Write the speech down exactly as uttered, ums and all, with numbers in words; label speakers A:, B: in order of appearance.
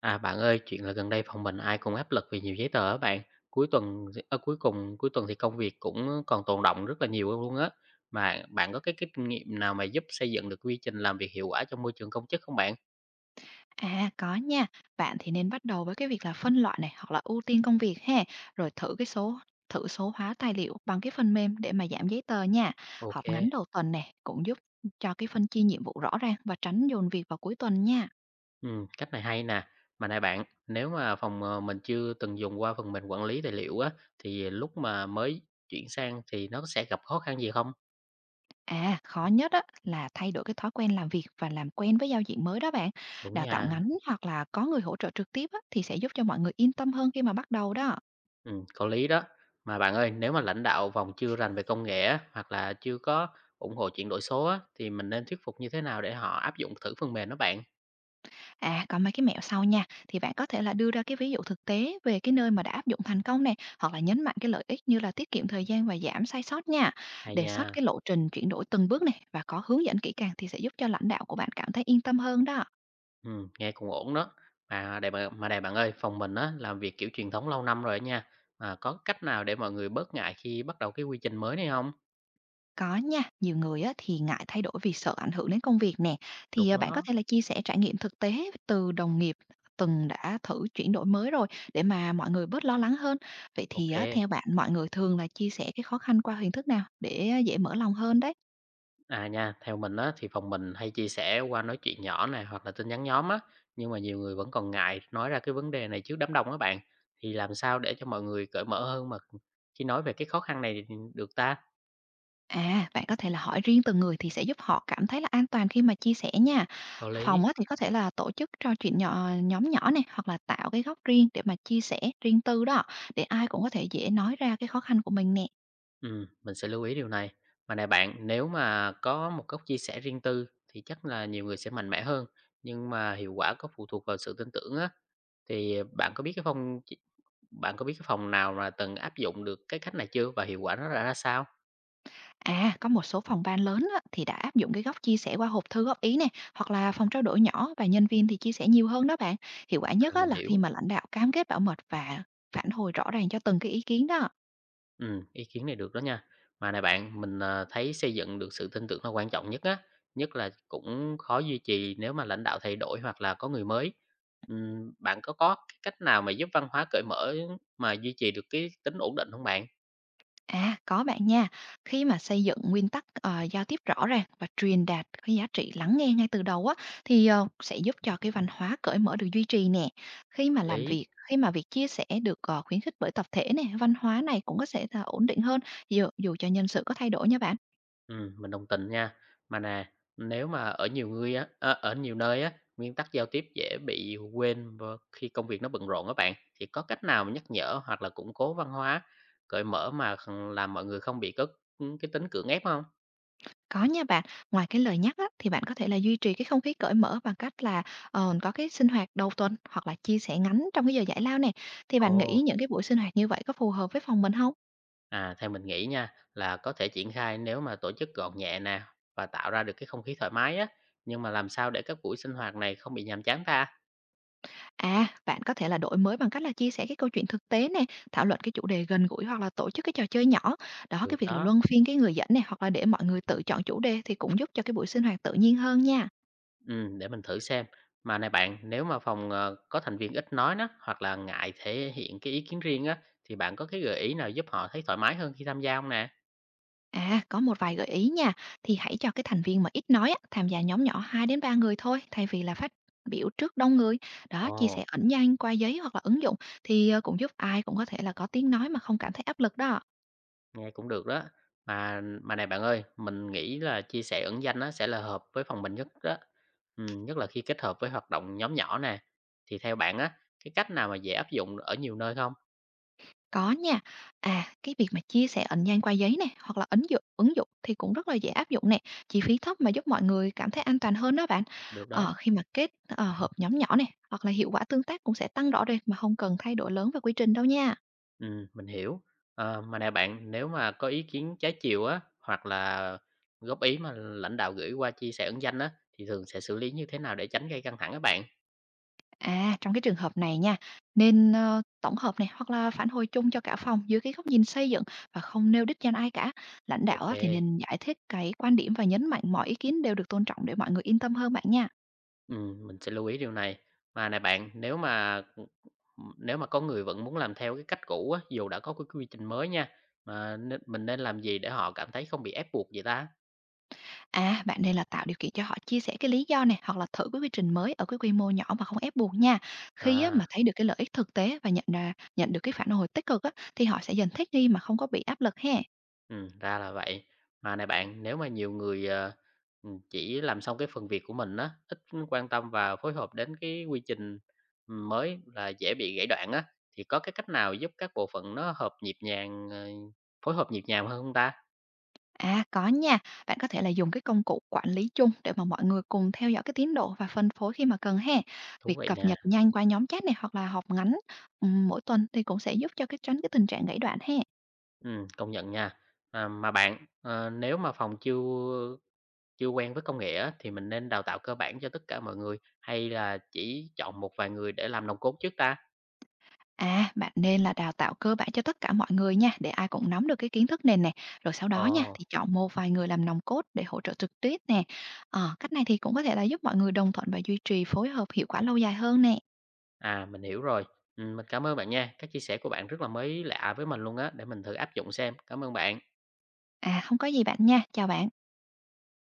A: À, bạn ơi, chuyện là gần đây phòng mình ai cũng áp lực vì nhiều giấy tờ á bạn. Cuối tuần ở cuối cùng cuối tuần thì công việc cũng còn tồn đọng rất là nhiều luôn á. Mà bạn có cái kinh nghiệm nào mà giúp xây dựng được quy trình làm việc hiệu quả trong môi trường công chức không bạn?
B: À, có nha. Bạn thì nên bắt đầu với cái việc là phân loại này hoặc là ưu tiên công việc ha, rồi thử cái số thử số hóa tài liệu bằng cái phần mềm để mà giảm giấy tờ nha.
A: Ok.
B: Họp ngắn đầu tuần này cũng giúp cho cái phân chia nhiệm vụ rõ ràng và tránh dồn việc vào cuối tuần nha.
A: Ừ, cách này hay nè. Mà này bạn, nếu mà phòng ờ, mình chưa từng dùng qua phần mềm quản lý tài liệu á thì lúc mà mới chuyển sang thì nó sẽ gặp khó khăn gì không?
B: À, khó nhất á, là thay đổi cái thói quen làm việc và làm quen với giao diện mới đó bạn.
A: Đúng
B: Đào tạo
A: nha.
B: ngắn hoặc là có người hỗ trợ trực tiếp á, thì sẽ giúp cho mọi người yên tâm hơn khi mà bắt đầu đó.
A: Ừm, có lý đó. Mà bạn ơi, nếu mà lãnh đạo vòng chưa rành về công nghệ á, hoặc là chưa có ủng hộ chuyển đổi số á, thì mình nên thuyết phục như thế nào để họ áp dụng thử phần mềm đó bạn?
B: À, còn mấy cái mẹo sau nha, thì bạn có thể là đưa ra cái ví dụ thực tế về cái nơi mà đã áp dụng thành công này, hoặc là nhấn mạnh cái lợi ích như là tiết kiệm thời gian và giảm sai sót nha.
A: Hay
B: Đề xuất
A: nha,
B: cái lộ trình chuyển đổi từng bước này và có hướng dẫn kỹ càng thì sẽ giúp cho lãnh đạo của bạn cảm thấy yên tâm hơn đó.
A: ừm, nghe cũng ổn đó. Mà để bạn mà để bạn ơi, phòng mình á làm việc kiểu truyền thống lâu năm rồi á nha. Mà có cách nào để mọi người bớt ngại khi bắt đầu cái quy trình mới này không?
B: Có nha, nhiều người á, thì ngại thay đổi vì sợ ảnh hưởng đến công việc nè.
A: Đúng
B: Thì à, bạn có
A: đó,
B: thể là chia sẻ trải nghiệm thực tế từ đồng nghiệp từng đã thử chuyển đổi mới rồi, để mà mọi người bớt lo lắng hơn. Vậy thì á,
A: OK.
B: theo bạn mọi người thường là chia sẻ cái khó khăn qua hình thức nào để à, dễ mở lòng hơn đấy?
A: À nha, theo mình á, thì phòng mình hay chia sẻ qua nói chuyện nhỏ này hoặc là tin nhắn nhóm á, nhưng mà nhiều người vẫn còn ngại nói ra cái vấn đề này trước đám đông á bạn. Thì làm sao để cho mọi người cởi mở hơn mà khi nói về cái khó khăn này thì được ta?
B: À, bạn có thể là hỏi riêng từng người thì sẽ giúp họ cảm thấy là an toàn khi mà chia sẻ nha.
A: Có
B: Phòng
A: lý.
B: á, thì có thể là tổ chức trò chuyện nhỏ, nhóm nhỏ này, hoặc là tạo cái góc riêng để mà chia sẻ riêng tư đó, để ai cũng có thể dễ nói ra cái khó khăn của mình nè.
A: Ừ, mình sẽ lưu ý điều này. Mà này bạn, nếu mà có một góc chia sẻ riêng tư thì chắc là nhiều người sẽ mạnh mẽ hơn, nhưng mà hiệu quả có phụ thuộc vào sự tin tưởng á. Thì bạn có biết cái phòng Bạn có biết cái phòng nào mà từng áp dụng được cái cách này chưa và hiệu quả nó ra ra sao?
B: À, có một số phòng ban lớn á, thì đã áp dụng cái góc chia sẻ qua hộp thư góp ý nè, hoặc là phòng trao đổi nhỏ, và nhân viên thì chia sẻ nhiều hơn đó bạn. Hiệu quả nhất
A: À,
B: á,
A: mình
B: là khi
A: hiểu.
B: mà lãnh đạo cam kết bảo mật và phản hồi rõ ràng cho từng cái ý kiến đó.
A: Ừm, ý kiến này được đó nha. Mà này bạn, mình, ờ, thấy xây dựng được sự tin tưởng là quan trọng nhất á, nhất là cũng khó duy trì nếu mà lãnh đạo thay đổi hoặc là có người mới. Ừm, bạn có có cái cách nào mà giúp văn hóa cởi mở mà duy trì được cái tính ổn định không bạn?
B: À, có bạn nha. Khi mà xây dựng nguyên tắc ờ, giao tiếp rõ ràng và truyền đạt cái giá trị lắng nghe ngay từ đầu á, thì ờ, sẽ giúp cho cái văn hóa cởi mở được duy trì nè. Khi
A: Hợp
B: mà làm
A: lý.
B: việc, khi mà việc chia sẻ được ờ, khuyến khích bởi tập thể nè, văn hóa này cũng có sẽ là ổn định hơn, dù, dù cho nhân sự có thay đổi nha bạn.
A: Ừm, mình đồng tình nha. Mà nè, nếu mà ở nhiều người á, ơ, ở nhiều nơi á, nguyên tắc giao tiếp dễ bị quên và khi công việc nó bận rộn các bạn, thì có cách nào mà nhắc nhở hoặc là củng cố văn hóa cởi mở mà kh làm mọi người không bị có, cái tính cưỡng ép không?
B: Có nha bạn, ngoài cái lời nhắc á, thì bạn có thể là duy trì cái không khí cởi mở bằng cách là, ờ, có cái sinh hoạt đầu tuần hoặc là chia sẻ ngắn trong cái giờ giải lao nè. Thì bạn
A: Ồ.
B: nghĩ những cái buổi sinh hoạt như vậy có phù hợp với phòng mình không?
A: À, theo mình nghĩ nha, là có thể triển khai nếu mà tổ chức gọn nhẹ nè, và tạo ra được cái không khí thoải mái á, nhưng mà làm sao để các buổi sinh hoạt này không bị nhàm chán ta?
B: À, bạn có thể là đổi mới bằng cách là chia sẻ cái câu chuyện thực tế nè, thảo luận cái chủ đề gần gũi, hoặc là tổ chức cái trò chơi nhỏ. Đó, cái
A: Được
B: việc là
A: đó.
B: luân phiên cái người dẫn này, hoặc là để mọi người tự chọn chủ đề, thì cũng giúp cho cái buổi sinh hoạt tự nhiên hơn nha.
A: Ừm, để mình thử xem. Mà này bạn, nếu mà phòng, ờ, có thành viên ít nói đó, hoặc là ngại thể hiện cái ý kiến riêng á, thì bạn có cái gợi ý nào giúp họ thấy thoải mái hơn khi tham gia không nè?
B: À, có một vài gợi ý nha, thì hãy cho cái thành viên mà ít nói á, tham gia nhóm nhỏ hai đến ba người thôi, thay vì là phát biểu trước đông người. Đó,
A: Ồ,
B: chia sẻ ẩn danh qua giấy hoặc là ứng dụng thì ờ, cũng giúp ai cũng có thể là có tiếng nói mà không cảm thấy áp lực đó.
A: nghe cũng được đó. Mà mà này bạn ơi, mình nghĩ là chia sẻ ẩn danh nó sẽ là hợp với phòng mình nhất đó. Ừm, nhất là khi kết hợp với hoạt động nhóm nhỏ nè. Thì theo bạn á, cái cách nào mà dễ áp dụng ở nhiều nơi không?
B: Có nha. À, cái việc mà chia sẻ ẩn danh qua giấy này, hoặc là ứng dụng ứng dụng thì cũng rất là dễ áp dụng nè, chi phí thấp mà giúp mọi người cảm thấy an toàn hơn đó bạn.
A: Được đó.
B: Ờ, khi mà kết ờ, hợp nhóm nhỏ này, hoặc là hiệu quả tương tác cũng sẽ tăng rõ rệt mà không cần thay đổi lớn về quy trình đâu nha.
A: Ừm, mình hiểu. Ờ, mà nè bạn, nếu mà có ý kiến trái chiều á, hoặc là góp ý mà lãnh đạo gửi qua chia sẻ ẩn danh á, thì thường sẽ xử lý như thế nào để tránh gây căng thẳng các bạn?
B: À, trong cái trường hợp này nha, nên, ơ, tổng hợp này, hoặc là phản hồi chung cho cả phòng dưới cái góc nhìn xây dựng và không nêu đích danh ai cả. Lãnh
A: Ok
B: đạo á,
A: kê,
B: thì nên giải thích cái quan điểm và nhấn mạnh mọi ý kiến đều được tôn trọng, để mọi người yên tâm hơn bạn nha.
A: mình sẽ lưu ý điều này. Mà này bạn, nếu mà, nếu mà có người vẫn muốn làm theo cái cách cũ á, dù đã có cái quy trình mới nha, mà nên mình nên làm gì để họ cảm thấy không bị ép buộc vậy ta?
B: À, bạn nên là tạo điều kiện cho họ chia sẻ cái lý do này, hoặc là thử cái quy trình mới ở cái quy mô nhỏ mà không ép buộc nha. Khi á,
A: À.
B: mà thấy được cái lợi ích thực tế và nhận ra nhận được cái phản hồi tích cực á, thì họ sẽ dần thích nghi mà không có bị áp lực ha.
A: Ừ ra là vậy. Mà này bạn, nếu mà nhiều người, ờ, ừm, chỉ làm xong cái phần việc của mình á, ít quan tâm và phối hợp đến cái quy trình, mới là dễ bị gãy đoạn á, thì có cái cách nào giúp các bộ phận nó hợp nhịp nhàng, ờ, phối hợp nhịp nhàng hơn hông ta?
B: À, có nha. Bạn có thể là dùng cái công cụ quản lý chung để mà mọi người cùng theo dõi cái tiến độ và phân phối khi mà cần ha.
A: Thú
B: Việc
A: vị
B: cập
A: nè,
B: nhật nhanh qua nhóm chat này, hoặc là họp ngắn ừm, mỗi tuần, thì cũng sẽ giúp cho cái tránh cái tình trạng gãy đoạn ha.
A: ừm, công nhận nha. À, mà bạn, ờ, nếu mà phòng chưa chưa quen với công nghệ á, thì mình nên đào tạo cơ bản cho tất cả mọi người hay là chỉ chọn một vài người để làm nòng cốt trước ta?
B: À, bạn nên là đào tạo cơ bản cho tất cả mọi người nha, để ai cũng nắm được cái kiến thức nền này. Rồi sau đó nha,
A: Ờ.
B: thì chọn một vài người làm nòng cốt để hỗ trợ trực tiếp nè. Ờ, cách này thì cũng có thể là giúp mọi người đồng thuận và duy trì phối hợp hiệu quả lâu dài hơn nè.
A: À, mình hiểu rồi. Ừm, mình cảm ơn bạn nha. Các chia sẻ của bạn rất là mới lạ với mình luôn á, để mình thử áp dụng xem. Cảm ơn bạn.
B: À, không có gì bạn nha. Chào bạn.